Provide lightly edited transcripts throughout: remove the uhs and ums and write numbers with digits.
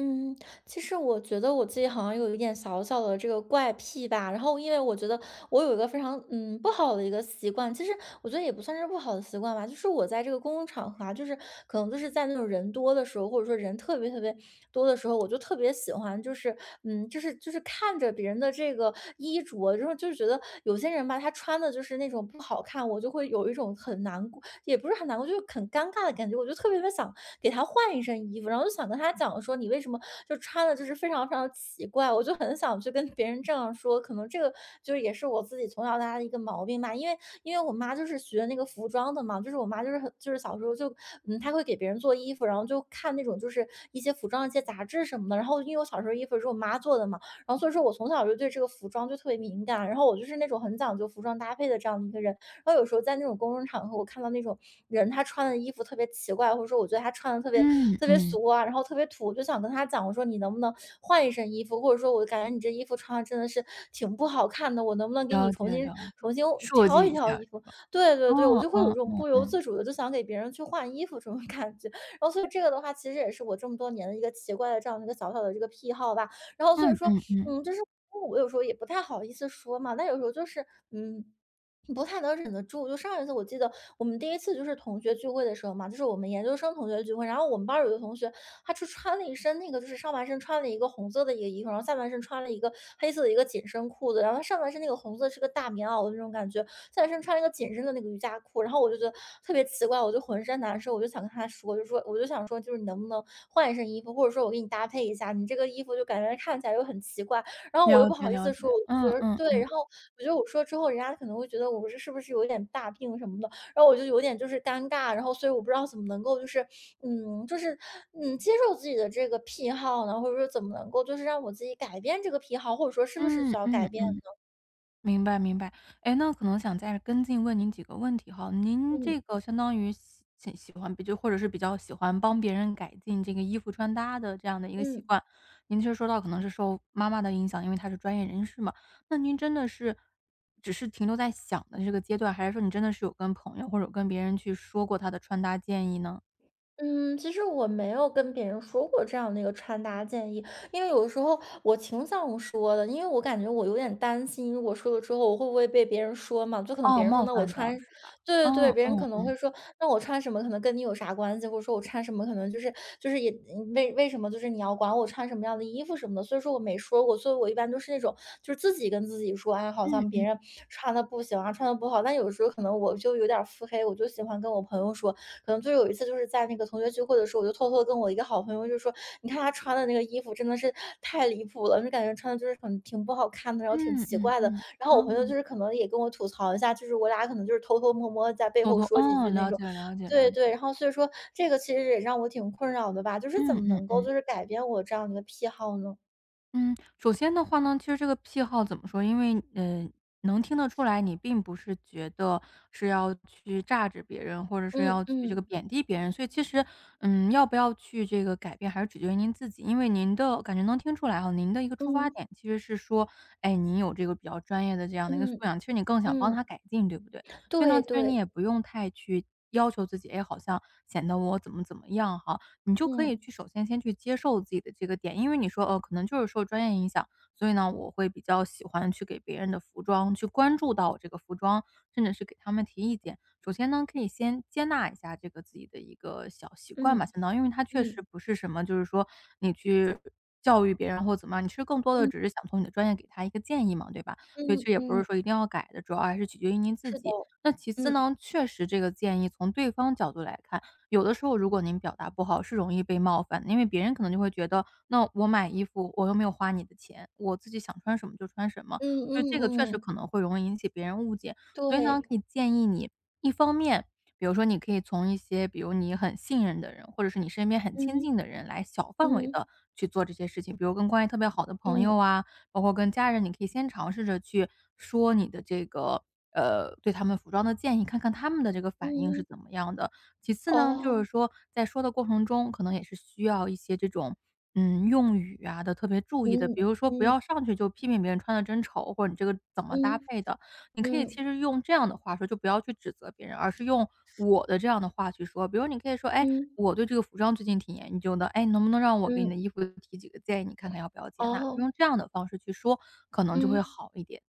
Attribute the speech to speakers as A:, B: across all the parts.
A: 嗯，其实我觉得我自己好像有一点小小的这个怪癖吧，然后因为我觉得我有一个非常不好的一个习惯，其实我觉得也不算是不好的习惯吧，就是我在这个公共场合啊，就是可能就是在那种人多的时候，或者说人特别特别多的时候，我就特别喜欢就是看着别人的这个衣着，然后就是觉得有些人吧，他穿的就是那种不好看，我就会有一种很难过，也不是很难过，就是很尴尬的感觉，我就特别特别想给他换一身衣服，然后就想跟他讲说你为什么。就穿的就是非常非常奇怪，我就很想去跟别人这样说，可能这个就是也是我自己从小到大的一个毛病吧，因为我妈就是学那个服装的嘛，就是我妈就是很就是小时候就她会给别人做衣服，然后就看那种就是一些服装的一些杂志什么的，然后因为我小时候衣服是我妈做的嘛，然后所以说我从小就对这个服装就特别敏感，然后我就是那种很讲究服装搭配的这样的一个人，然后有时候在那种公众场合，我看到那种人他穿的衣服特别奇怪，或者说我觉得他穿的特别
B: 嗯
A: 特别
B: 嗯，
A: 俗啊，然后特别土，我就想跟他讲，我说你能不能换一身衣服，或者说我感觉你这衣服穿的真的是挺不好看的，我能不能给
B: 了
A: 你重
B: 解
A: 新
B: 了解，
A: 重新
B: 设
A: 挑
B: 计
A: 一
B: 一
A: 挑
B: 下，
A: 衣服？对对对，我
B: 嗯
A: 就会有这
B: 嗯
A: 种
B: 嗯
A: 不由
B: 嗯，
A: 自主的就想给别人去换衣服这种 感觉。然后所以这个的话，其实也是我这么多年的一个奇怪的这样的一个小小的这个癖好吧。然后
B: 嗯
A: 所以说，
B: 嗯嗯，
A: 嗯，就是我有时候也不太好意思说嘛，但有时候嗯。不太能忍得住，就上一次我记得我们第一次就是同学聚会的时候嘛，就是我们研究生同学聚会，然后我们班儿有一个同学，他就穿了一身那个，就是上半身穿了一个红色的一个衣服，然后下半身穿了一个黑色的一个紧身裤子，然后他上半身那个红色是个大棉袄的那种感觉，下半身穿了一个紧身的那个瑜伽裤，然后我就觉得特别奇怪，我就浑身难受，我就想跟他说，就说我就想说，就是你能不能换一身衣服，或者说我给你搭配一下，你这个衣服就感觉看起来又很奇怪，然后我又
B: 了
A: 不
B: 解
A: 好意
B: 了
A: 思
B: 解，
A: 说，我就觉
B: 嗯
A: 得
B: 嗯
A: 对，
B: 嗯，
A: 然后我觉得我说之后，人家可能会觉得我这是不是有点大病什么的，然后我就有点就是尴尬，然后所以我不知道怎么能够就是，嗯，就是接受自己的这个癖好呢，或者说怎么能够就是让我自己改变这个癖好，或者说是不是
B: 嗯
A: 需要
B: 嗯
A: 改变
B: 嗯。
A: 呢？
B: 明白明白。哎，那可能想再跟进问您几个问题哈。您
A: 嗯
B: 这个相当于喜欢或者是比较喜欢帮别人改进这个衣服穿搭的这样的一个习
A: 嗯。
B: 惯，您其实说到可能是受妈妈的影响，因为她是专业人士嘛。那您真的是只是停留在想的这个阶段，还是说你真的是有跟朋友或者跟别人去说过她的穿搭建议呢？
A: 嗯，其实我没有跟别人说过这样的一个穿搭建议，因为有的时候我挺想说的，因为我感觉我有点担心，我说了之后，我会不会被别人说嘛？就可能别
B: 哦，
A: 人
B: 冒
A: 说，那我
B: 犯到
A: 穿，
B: 是吧？
A: 对对
B: 嗯
A: 对，别人
B: 嗯
A: 可能
B: 嗯。
A: 会说，那我穿什么可能跟你有啥关系，或者说我穿什么可能就是为什么就是你要管我穿什么样的衣服什么的，所以说我没说过，所以我一般都是那种就是自己跟自己说，哎，好像别
B: 嗯
A: 人穿的不行啊，穿的不好，但有时候可能我就有点儿腹黑，我就喜欢跟我朋友说，可能就有一次就是在那个同学聚会的时候，我就偷偷地跟我一个好朋友就说："你看他穿的那个衣服真的是太离谱了，就感觉穿的就是很挺不好看的，然后挺
B: 嗯嗯
A: 奇
B: 嗯嗯
A: 怪的。"
B: 嗯
A: 然后我朋友
B: 嗯
A: 就
B: 哦，
A: 是可能也跟我吐槽一下，就是我俩可能就是偷偷摸摸地在背
B: 沟
A: 后
B: 通
A: 说几
B: 哦，
A: 句那
B: 了
A: 种。
B: 解了解了
A: 对对，
B: 解。
A: 然后所以说这个其实也让我挺困扰的吧，就是怎么
B: 嗯
A: 能
B: 嗯。
A: 够就是改变我这样的一个癖好呢？
B: 嗯，首先的话呢，其实这个癖好怎么说，因为，能听得出来，你并不是觉得是要去榨制别人，或者是
A: 嗯
B: 要去这个
A: 嗯
B: 贬低别人，所以其实，嗯，要不要去这个改变，还是取决于您自己。因为您的感觉能听出来哈，您的一个出发
A: 嗯
B: 点其实是说，哎，您有这个比较专业的这样的一个素
A: 嗯
B: 养，其实你更想帮他
A: 嗯，
B: 改进，对不对？所以呢，
A: 对
B: 其实你
A: 对，
B: 也不用太去要求自己，哎，好像显得我怎么怎么样哈。你就可
A: 嗯
B: 以去首先先去接受自己的这个点，因为你说，哦，可能就是受专业影响，所以呢，我会比较喜欢去给别人的服装去关注到我这个服装，甚至是给他们提意见。首先呢，可以先接纳一下这个自己的一个小习惯吧，
A: 嗯
B: 相当于因为他确实
A: 嗯
B: 不是什么，就是说你去教育别人或怎么样，你其实更多的
A: 嗯
B: 只是想从你的专业给他一个建议嘛，对吧？所以
A: 嗯
B: 这也不是
A: 嗯，
B: 说一定要改的，主要还是取决于您自
A: 是的，
B: 己。那其次
A: 嗯。
B: 呢，确实这个建议从对方角度来看。有的时候如果您表达不好，是容易被冒犯的，因为别人可能就会觉得，那我买衣服我又没有花你的钱，我自己想穿什么就穿什么，
A: 嗯
B: 所以这个确
A: 嗯
B: 实
A: 嗯，
B: 可能会容易引起别人误解。所以呢，
A: 对，
B: 可以建议你，一方面，比如说你可以从一些比如你很信任的人，或者是你身边很亲
A: 嗯
B: 近的人来小范围
A: 嗯
B: 的去做这些事情，比如跟关系特别好的朋友
A: 嗯
B: 啊，包括跟家人，你可以先尝试着去说你的这个，对他们服装的建议，看看他们的这个反应是
A: 嗯，
B: 怎么样的。其次呢，就是
A: 哦，
B: 说在说的过程中，可能也是需要一些这种，嗯，用语啊的特别注意的。比
A: 嗯
B: 如说不
A: 嗯
B: 要上去就批评别人穿的真丑，或者你这个怎么搭
A: 嗯
B: 配的。你可以其
A: 嗯
B: 实用这样的话说，就不要去指责别人，而是用我的这样的话去说。比如你可以说：“哎，
A: 嗯
B: 我对这个服装最近挺研究的，哎，能不能让我给你
A: 嗯，
B: 的衣服提几个建议，你看看要不要接纳？”
A: 哦，
B: 用这样的方式去说，可能就会
A: 嗯。
B: 好一点。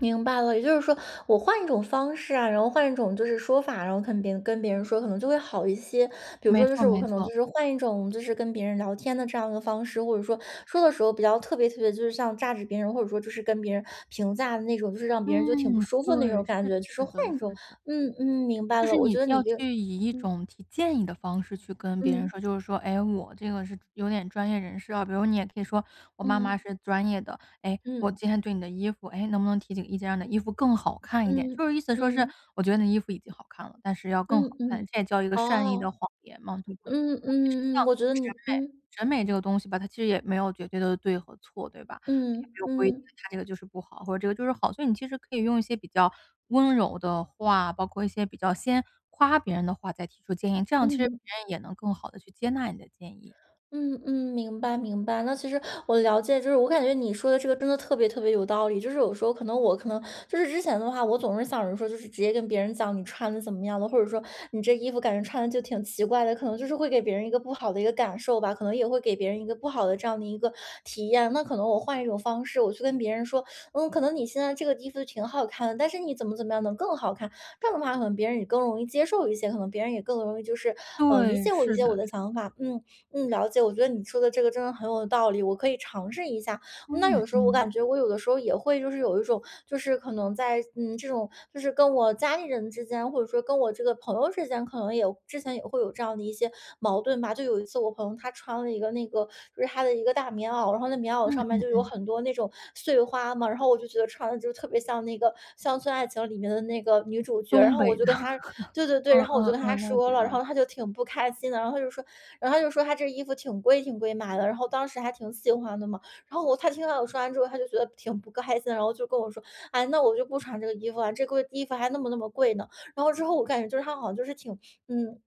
A: 明白了，也就是说，我换一种方式啊，然后换一种就是说法，然后跟别人说，可能就会好一些。比如
B: 没
A: 说，就
B: 错
A: 是我
B: 没
A: 可能就
B: 错。
A: 是换一种，就是跟别人聊天的这样一个方式，或者说说的时候比较特别特别，就是像榨汁别人，或者说就是跟别人评价的那种，就是让别人就挺不
B: 嗯，
A: 舒服的那种
B: 对，
A: 感
B: 是
A: 觉，
B: 的
A: 就是
B: 是
A: 换
B: 的
A: 一种。
B: 是的。
A: 嗯嗯，明白
B: 就是
A: 了。我觉
B: 你
A: 得
B: 要
A: 你跟
B: 去以一
A: 嗯
B: 种提建议的方式去跟别人
A: 嗯
B: 说，就是说，哎，我这个是有点专业人士啊，比如你也可以说，我妈妈
A: 嗯
B: 是专业的，哎，我
A: 嗯
B: 今天对你的衣服，哎，能不能提几个意见，让你的衣服更好看一点？
A: 嗯
B: 就是意思说是，
A: 嗯
B: 我觉得你的衣服已经好看了，但是要更好
A: 嗯
B: 看，
A: 嗯，
B: 这也叫一个善意的
A: 哦，
B: 谎言嘛，对吧？
A: 嗯
B: 其实
A: 嗯
B: 像
A: 嗯，我觉得你嗯
B: 审美这个东西吧，它其实也没有绝对的对和错，对吧？也没
A: 嗯
B: 有规定
A: 嗯
B: 它这个就是不好，或者这个就是好。所以你其实可以用一些比较温柔的话，包括一些比较先夸别人的话，再提出建议，这样其实
A: 嗯。
B: 别人也能更好的去接纳你的建议。
A: 嗯嗯，明白明白。那其实我了解，就是我感觉你说的这个真的特别特别有道理。就是有时候可能我就是之前的话，我总是想着说，就是直接跟别人讲你穿的怎么样的，或者说你这衣服感觉穿的就挺奇怪的，可能就是会给别人一个不好的一个感受吧，可能也会给别人一个不好的这样的一个体验。那可能我换一种方式，我去跟别人说，可能你现在这个衣服挺好看的，但是你怎么怎么样能更好看？这样的话，可能别人也更容易接受一些，可能别人也更容易就是理
B: 对，
A: 解我一
B: 是
A: 些我
B: 的，
A: 的
B: 是
A: 想
B: 的。
A: 法。嗯，嗯，了解。我觉得你说的这个真的很有道理，我可以尝试一下。嗯那
B: 嗯
A: 有时候我
B: 嗯，
A: 感觉我有的时候也会就是有一种，就是可能在这种就是跟我家里人之间，或者说跟我这个朋友之间，可能也有之前也会有这样的一些矛盾吧。就有一次我朋友他穿了一个那个就是他的一个大棉袄，然后那棉袄
B: 嗯
A: 上面就有
B: 嗯。
A: 很多那种碎花嘛，然后我就觉得穿的就特别像那个《乡村爱情》里面的那个女主角，然
B: 东
A: 后我
B: 北
A: 就
B: 的，
A: 跟他，对对对，
B: 嗯
A: 然后我就
B: 嗯
A: 跟他
B: 嗯，了
A: 说
B: 解
A: 了，然
B: 了
A: 后他
B: 解。
A: 就挺不开心的，然后他就说他这衣服挺贵挺贵买的，然后当时还挺喜欢的嘛。然后他听到我说完之后，他就觉得挺不开心，然后就跟我说："哎，那我就不穿这个衣服了，这个衣服还那么那么贵呢。"然后之后我感觉就是他好像就是挺嗯，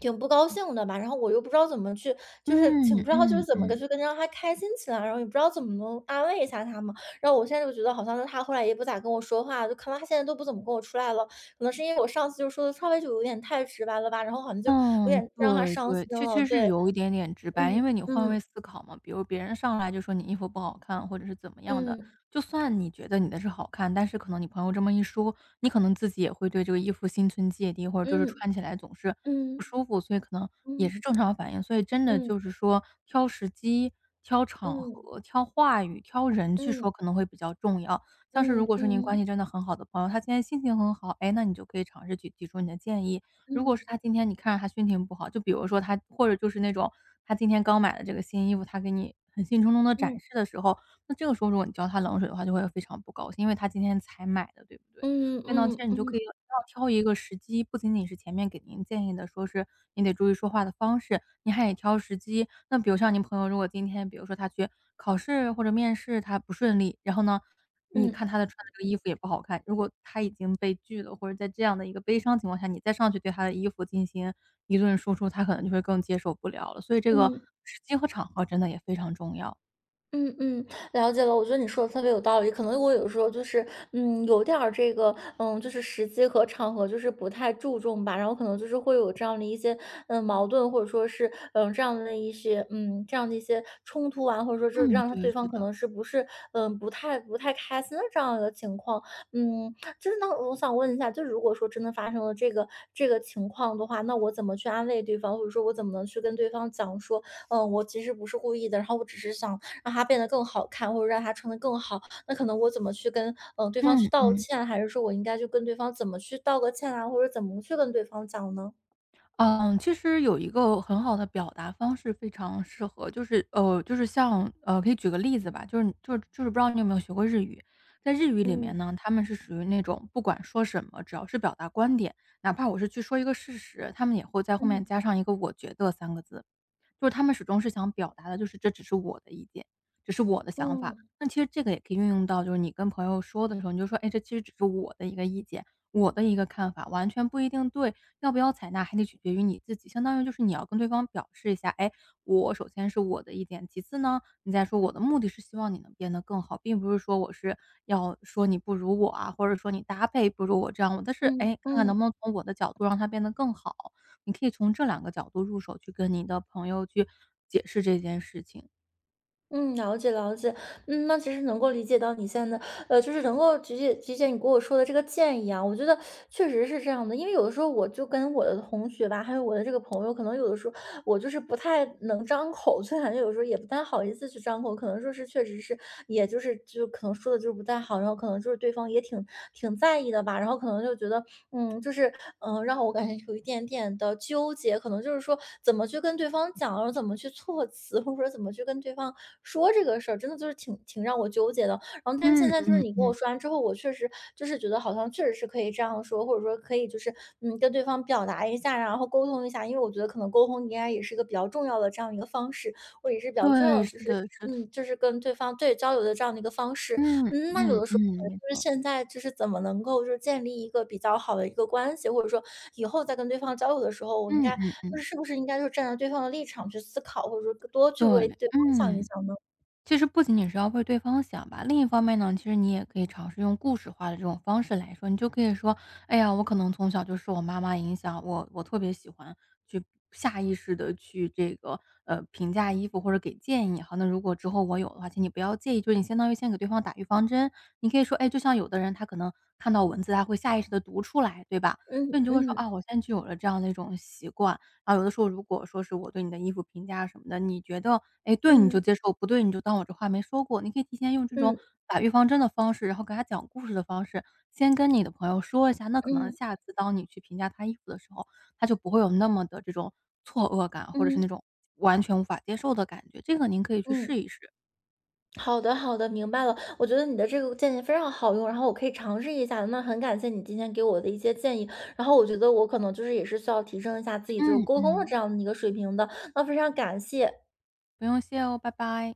A: 挺不高兴的吧，然后我又不知道怎么去就是挺
B: 嗯
A: 不知道就是
B: 嗯
A: 怎么个
B: 嗯。
A: 去跟让他开心起来，然后也不知道怎么能安慰一下他嘛。然后我现在就觉得好像是他后来也不咋跟我说话，就可能他现在都不怎么跟我出来了，可能是因为我上次就说的稍微就有点太直白了吧，然后好像就有
B: 嗯，
A: 点让他
B: 对
A: 伤心
B: 对，确
A: 了，
B: 确实
A: 对。
B: 有一点点直白，因
A: 嗯
B: 为你换位
A: 嗯
B: 思考嘛，比如别人上来就说你衣服不好看，或者是怎么样的，
A: 嗯
B: 就算你觉得你的是好看，但是可能你朋友这么一说，你可能自己也会对这个衣服心存芥蒂，或者就是
A: 嗯
B: 穿起来总是不
A: 嗯
B: 舒服，所以可能也
A: 嗯
B: 是正常反应。所以真的
A: 嗯
B: 就是说，挑时机、挑场
A: 嗯
B: 合、挑话语、挑人去
A: 嗯嗯
B: 说可能会比较重要。像是如
A: 嗯
B: 果说您关
A: 嗯
B: 系真的很好的朋友，他今天心情很好，哎，那你就可以尝试去提出你的建议，如果
A: 嗯
B: 是他今天你看着他心情不好，就比如说他或者就是那种他今天刚买的这个新衣服，他给你很兴冲冲的
A: 嗯
B: 展示
A: 嗯
B: 的时候，那这个时候如果你浇他冷水的话，就会非常不高兴，因为他今天才买的，对不对？
A: 嗯
B: 对呢，
A: 嗯
B: 其实
A: 嗯
B: 你就可以
A: 嗯
B: 要挑一个时机，不仅仅是前面给您建议的，说是你得注意说话的方式，你还得挑时机。那比如像您朋友，如果今天比如说他去考试或者面试，他不顺利，然后呢，你看他
A: 嗯
B: 的穿的这个衣服也不好看，如果他已经被拒了，或者在这样的一个悲伤情况下，你再上去对他的衣服进行一顿输出，他可能就会更接受不了了。所以这个
A: 嗯。
B: 时机和场合真的也非常重要。
A: 嗯嗯，了解了。我觉得你说的特别有道理。可能我有时候就是，有点儿这个，就是时机和场合就是不太注重吧。然后可能就是会有这样的一些，矛盾，或者说是，这样的一些，这样的一些冲突啊，或者说就是
B: 嗯，
A: 让他
B: 对，
A: 对
B: 是
A: 方可
B: 的，
A: 能是不是，不太开心的这样一个情况。嗯，就是那我想问一下，就如果说真的发生了这个情况的话，那我怎么去安慰对方，或者说我怎么能去跟对方讲说，我其实不是故意的，然后我只是想让他变得更好看，或者让他穿得更好，那可能我怎么去跟，对方去
B: 嗯
A: 道
B: 嗯。
A: 歉，还是说我应该就跟对方怎么去道个歉啊，或者怎么去跟对方讲呢？
B: 嗯，其实有一个很好的表达方式非常适合，就是就是像可以举个例子吧，就是不知道你有没有学过日语，在日语里面
A: 嗯，
B: 呢，他们是属于那种不管说什么，只要是表达观点，哪怕我是去说一个事实，他们也会在后面
A: 嗯，
B: 加上一个“我觉得”三个字，就是他们始终是想表达的，就是这只是我的意见，只是我的想法。
A: 嗯，
B: 那其实这个也可以运用到，就是你跟朋友说的时候，你就说，哎，这其实只是我的一个意见，我的一个看法，完全不一定对。要不要采纳还得取决于你自己，相当于就是你要跟对方表示一下，哎，我首先是我的意见，其次呢，你再说我的目的是希望你能变得更好，并不是说我是要说你不如我啊，或者说你搭配不如我这样，我但是
A: 嗯，
B: 哎，看看能
A: 嗯。
B: 不能从我的角度让它变得更好，你可以从这两个角度入手去跟你的朋友去解释这件事情。
A: 嗯，了解了解。那其实能够理解到你现在的，就是能够理解你给我说的这个建议啊，我觉得确实是这样的。因为有的时候我就跟我的同学吧，还有我的这个朋友，可能有的时候我就是不太能张口，所以感觉有时候也不太好意思去张口，可能说是确实是，也就是就可能说的就是不太好，然后可能就是对方也挺在意的吧，然后可能就觉得就是，让我感觉有一点点的纠结，可能就是说怎么去跟对方讲，然后怎么去措辞，或者说怎么去跟对方说这个事儿，真的就是挺让我纠结的。然后，但是
B: 嗯
A: 现在就是
B: 嗯
A: 你跟我
B: 嗯，
A: 说完之后，我确实就是觉得好像确实是可以这样说，或者说可以就是跟对方表达一下，然后沟通一下，因为我觉得可能沟通应该也是一个比较重要的这样一个方式，或者也是比较重要
B: 对，
A: 的就
B: 是
A: 是。
B: 的，是的，
A: 嗯，就是跟对方对交流的这样的一个方式，
B: 嗯
A: 嗯，那有
B: 嗯
A: 的时
B: 嗯，
A: 候
B: 没
A: 就是
B: 错，
A: 现在就是怎么能够就是建立一个比较好的一个关系，或者说以后再跟对方交流的时候，我应
B: 嗯
A: 该
B: 嗯
A: 就
B: 嗯，
A: 是是不是应该就站在对方的立场去思考，或者说多去
B: 对，
A: 为对方想一
B: 嗯。
A: 想呢？
B: 其实不仅仅是要为对方想吧，另一方面呢，其实你也可以尝试用故事化的这种方式来说，你就可以说：“哎呀，我可能从小就受我妈妈影响，我特别喜欢去下意识的去这个，评价衣服或者给建议好，那如果之后我有的话，请你不要介意。”就是你相当于先给对方打预防针，你可以说：“哎，就像有的人他可能看到文字，他会下意识的读出来，对吧？”所
A: 嗯
B: 以你就会说：
A: 嗯
B: “啊，我现在就有了这样的一种习惯，啊，有的时候如果说是我对你的衣服评价什么的，你觉得，哎，对你就
A: 嗯
B: 接受，不对你就当我这话没说过。你可以提前用这种
A: 嗯
B: 打预防针的方式，然后给他讲故事的方式，先跟你的朋友说一下，那可能
A: 嗯
B: 下次当你去评价他衣服的时候，他就不会有那么的这种错愕感，或者是那
A: 嗯
B: 种完全无法接受的感觉。这个您可以去
A: 嗯，
B: 试一试。
A: 好的好的，明白了。我觉得你的这个建议非常好用，然后我可以尝试一下的那很感谢你今天给我的一些建议，然后我觉得我可能就是也是需要提升一下自己就是
B: 嗯，
A: 沟通的这
B: 嗯。
A: 样的一个水平的。那非常感谢。
B: 不用谢哦，拜拜。